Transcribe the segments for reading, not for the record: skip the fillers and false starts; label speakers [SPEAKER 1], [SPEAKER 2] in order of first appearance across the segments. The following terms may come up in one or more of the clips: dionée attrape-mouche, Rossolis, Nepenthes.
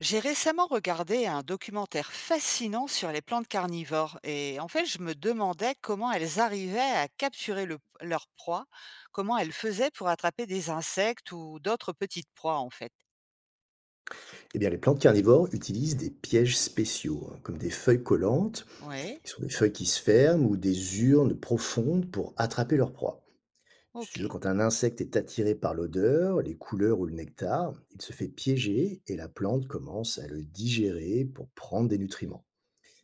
[SPEAKER 1] J'ai récemment regardé un documentaire fascinant sur les plantes carnivores et en fait, je me demandais comment elles arrivaient à capturer leur proie, comment elles faisaient pour attraper des insectes ou d'autres petites proies en fait.
[SPEAKER 2] Eh bien, les plantes carnivores utilisent des pièges spéciaux, hein, comme des feuilles collantes,
[SPEAKER 1] Oui,
[SPEAKER 2] qui sont des feuilles qui se ferment, ou des urnes profondes pour attraper leur proie. Si
[SPEAKER 1] ok,
[SPEAKER 2] tu veux, quand un insecte est attiré par l'odeur, les couleurs ou le nectar, il se fait piéger et la plante commence à le digérer pour prendre des nutriments.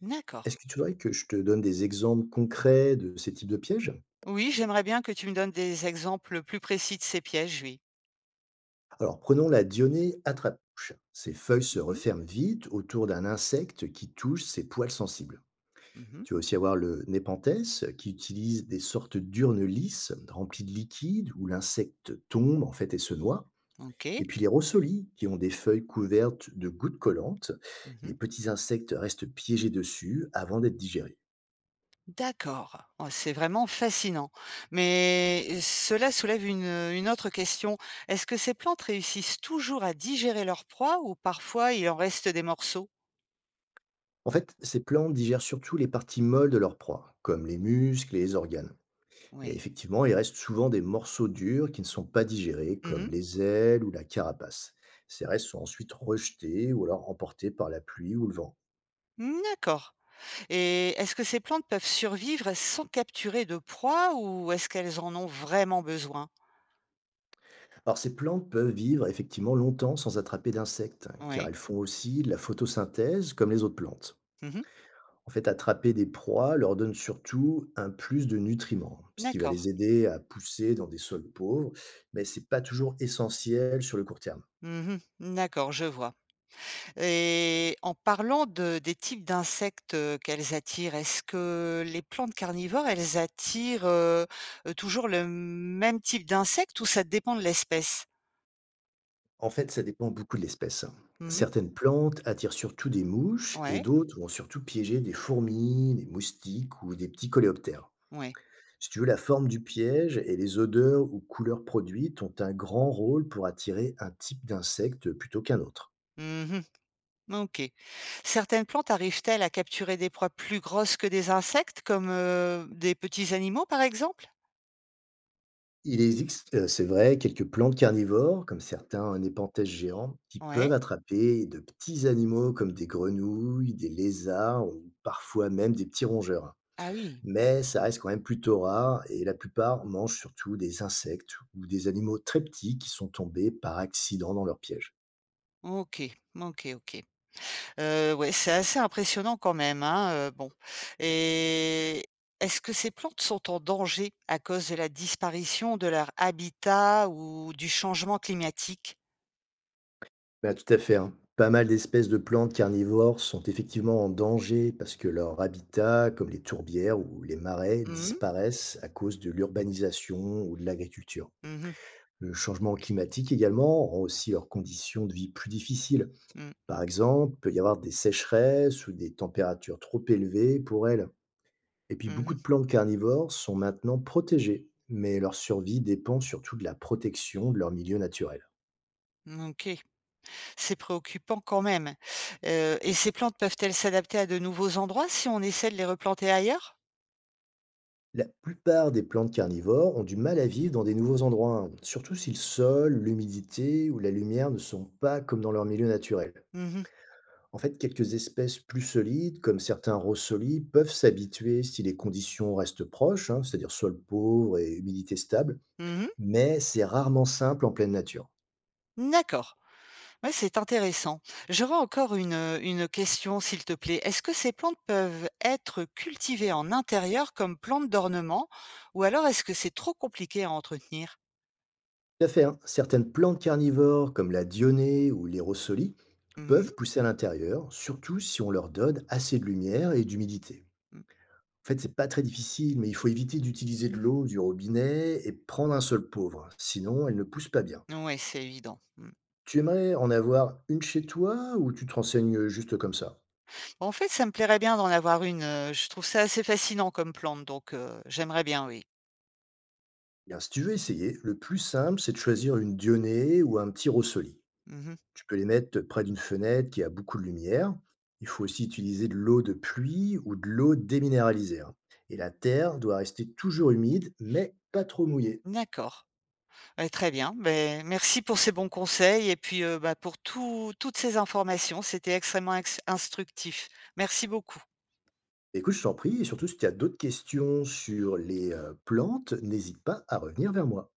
[SPEAKER 1] d'accord.
[SPEAKER 2] Est-ce que tu voudrais que je te donne des exemples concrets de ces types de pièges?
[SPEAKER 1] Oui, j'aimerais bien que tu me donnes des exemples plus précis de ces pièges, oui.
[SPEAKER 2] Alors, prenons la dionée attrape-mouche. Ses feuilles se
[SPEAKER 1] Mhm,
[SPEAKER 2] referment vite autour d'un insecte qui touche ses poils sensibles.
[SPEAKER 1] mhm,
[SPEAKER 2] Tu vas aussi avoir le Nepenthes qui utilise des sortes d'urnes lisses remplies de liquide où l'insecte tombe en fait et se noie.
[SPEAKER 1] ok.
[SPEAKER 2] Et puis les Rossolis qui ont des feuilles couvertes de gouttes collantes. Les
[SPEAKER 1] Mhm.
[SPEAKER 2] petits insectes restent piégés dessus avant d'être digérés.
[SPEAKER 1] D'accord. Oh, c'est vraiment fascinant. Cela soulève une autre question. Est-ce que ces plantes réussissent toujours à digérer leur proie ou parfois il en reste des morceaux?
[SPEAKER 2] En fait, ces plantes digèrent surtout les parties molles de leur proie, comme les muscles et les organes. Et
[SPEAKER 1] Oui.
[SPEAKER 2] effectivement, il reste souvent des morceaux durs qui ne sont pas digérés, comme
[SPEAKER 1] Mmh.
[SPEAKER 2] les ailes ou la carapace. Ces restes sont ensuite rejetés ou alors emportés par la pluie ou le vent.
[SPEAKER 1] Mmh, d'accord. Et est-ce que ces plantes peuvent survivre sans capturer de proie ou est-ce qu'elles en ont vraiment besoin?
[SPEAKER 2] Alors ces plantes peuvent vivre effectivement longtemps sans attraper d'insectes, hein, car
[SPEAKER 1] Oui.
[SPEAKER 2] elles font aussi de la photosynthèse comme les autres plantes.
[SPEAKER 1] Mmh.
[SPEAKER 2] En fait, attraper des proies leur donne surtout un plus de nutriments, ce qui va
[SPEAKER 1] D'accord.
[SPEAKER 2] les aider à pousser dans des sols pauvres, mais ce n'est pas toujours essentiel sur le court terme.
[SPEAKER 1] Mmh. D'accord, je vois. Et en parlant de des types d'insectes, qu'elles attirent, est-ce que les plantes carnivores, elles attirent, toujours le même type d'insectes ou ça dépend de l'espèce?
[SPEAKER 2] En fait, ça dépend beaucoup de l'espèce.
[SPEAKER 1] Mmh.
[SPEAKER 2] Certaines plantes attirent surtout des mouches et
[SPEAKER 1] Ouais,
[SPEAKER 2] d'autres vont surtout piéger des fourmis, des moustiques ou des petits coléoptères.
[SPEAKER 1] ouais.
[SPEAKER 2] Si tu veux, la forme du piège et les odeurs ou couleurs produites ont un grand rôle pour attirer un type d'insecte plutôt qu'un autre.
[SPEAKER 1] Mmh. OK. Certaines plantes arrivent-elles à capturer des proies plus grosses que des insectes comme, des petits animaux, par exemple?
[SPEAKER 2] Il existe, c'est vrai, quelques plantes carnivores, comme certains népenthes géants, qui peuvent
[SPEAKER 1] Ouais.
[SPEAKER 2] attraper de petits animaux comme des grenouilles, des lézards ou parfois même des petits rongeurs.
[SPEAKER 1] Ah oui.
[SPEAKER 2] Mais ça reste quand même plutôt rare et la plupart mangent surtout des insectes ou des animaux très petits qui sont tombés par accident dans leur piège.
[SPEAKER 1] OK, OK, OK. Ouais, c'est assez impressionnant quand même, hein, bon, et est-ce que ces plantes sont en danger à cause de la disparition de leur habitat ou du changement climatique?
[SPEAKER 2] Bah, tout à fait, hein. Pas mal d'espèces de plantes carnivores sont effectivement en danger parce que leur habitat, comme les tourbières ou les marais,
[SPEAKER 1] Mmh mh.
[SPEAKER 2] disparaissent à cause de l'urbanisation ou de l'agriculture.
[SPEAKER 1] Mmh mh.
[SPEAKER 2] Le changement climatique également rend aussi leurs conditions de vie plus difficiles.
[SPEAKER 1] Mmh.
[SPEAKER 2] Par exemple, il peut y avoir des sécheresses ou des températures trop élevées pour elles. Et puis beaucoup
[SPEAKER 1] Mmh.
[SPEAKER 2] de plantes carnivores sont maintenant protégées, mais leur survie dépend surtout de la protection de leur milieu naturel.
[SPEAKER 1] OK. C'est préoccupant quand même, et ces plantes peuvent-elles s'adapter à de nouveaux endroits si on essaie de les replanter ailleurs?
[SPEAKER 2] La plupart des plantes carnivores ont du mal à vivre dans des nouveaux endroits, hein, surtout si le sol, l'humidité ou la lumière ne sont pas comme dans leur milieu naturel.
[SPEAKER 1] Mmh mh.
[SPEAKER 2] En fait, quelques espèces plus solides, comme certains rossolis, peuvent s'habituer si les conditions restent proches, hein, c'est-à-dire sol pauvre et humidité stable,
[SPEAKER 1] Mmh.
[SPEAKER 2] mais c'est rarement simple en pleine nature.
[SPEAKER 1] D'accord. Ouais, c'est intéressant. J'aurais encore une question, s'il te plaît. Est-ce que ces plantes peuvent être cultivées en intérieur comme plantes d'ornement ou alors est-ce que c'est trop compliqué à entretenir?
[SPEAKER 2] Tout à fait, hein, certaines plantes carnivores, comme la dionée ou les rossolis,
[SPEAKER 1] Mmh mh.
[SPEAKER 2] peuvent pousser à l'intérieur, surtout si on leur donne assez de lumière et d'humidité.
[SPEAKER 1] Mmh.
[SPEAKER 2] En fait, c'est pas très difficile, mais il faut éviter d'utiliser de l'eau du robinet et prendre un seul pauvre, sinon elle ne pousse pas bien.
[SPEAKER 1] Ouais, c'est évident. Mmh.
[SPEAKER 2] Tu aimerais en avoir une chez toi ou tu te renseignes juste comme ça?
[SPEAKER 1] En fait, ça me plairait bien d'en avoir une, je trouve ça assez fascinant comme plante, donc j'aimerais bien, oui.
[SPEAKER 2] Bien, si tu veux essayer, le plus simple, c'est de choisir une dionée ou un petit rossoli.
[SPEAKER 1] Mmh.
[SPEAKER 2] Tu peux les mettre près d'une fenêtre qui a beaucoup de lumière. Il faut aussi utiliser de l'eau de pluie ou de l'eau déminéralisée, hein. Et la terre doit rester toujours humide, mais pas trop mouillée.
[SPEAKER 1] D'accord. Ouais, très bien. Beh, merci pour ces bons conseils et puis, bah, pour toutes ces informations. C'était extrêmement ex instructif. Merci beaucoup.
[SPEAKER 2] Bah, écoute, je t'en prie, et surtout si tu as d'autres questions sur les, plantes, n'hésite pas à revenir vers moi.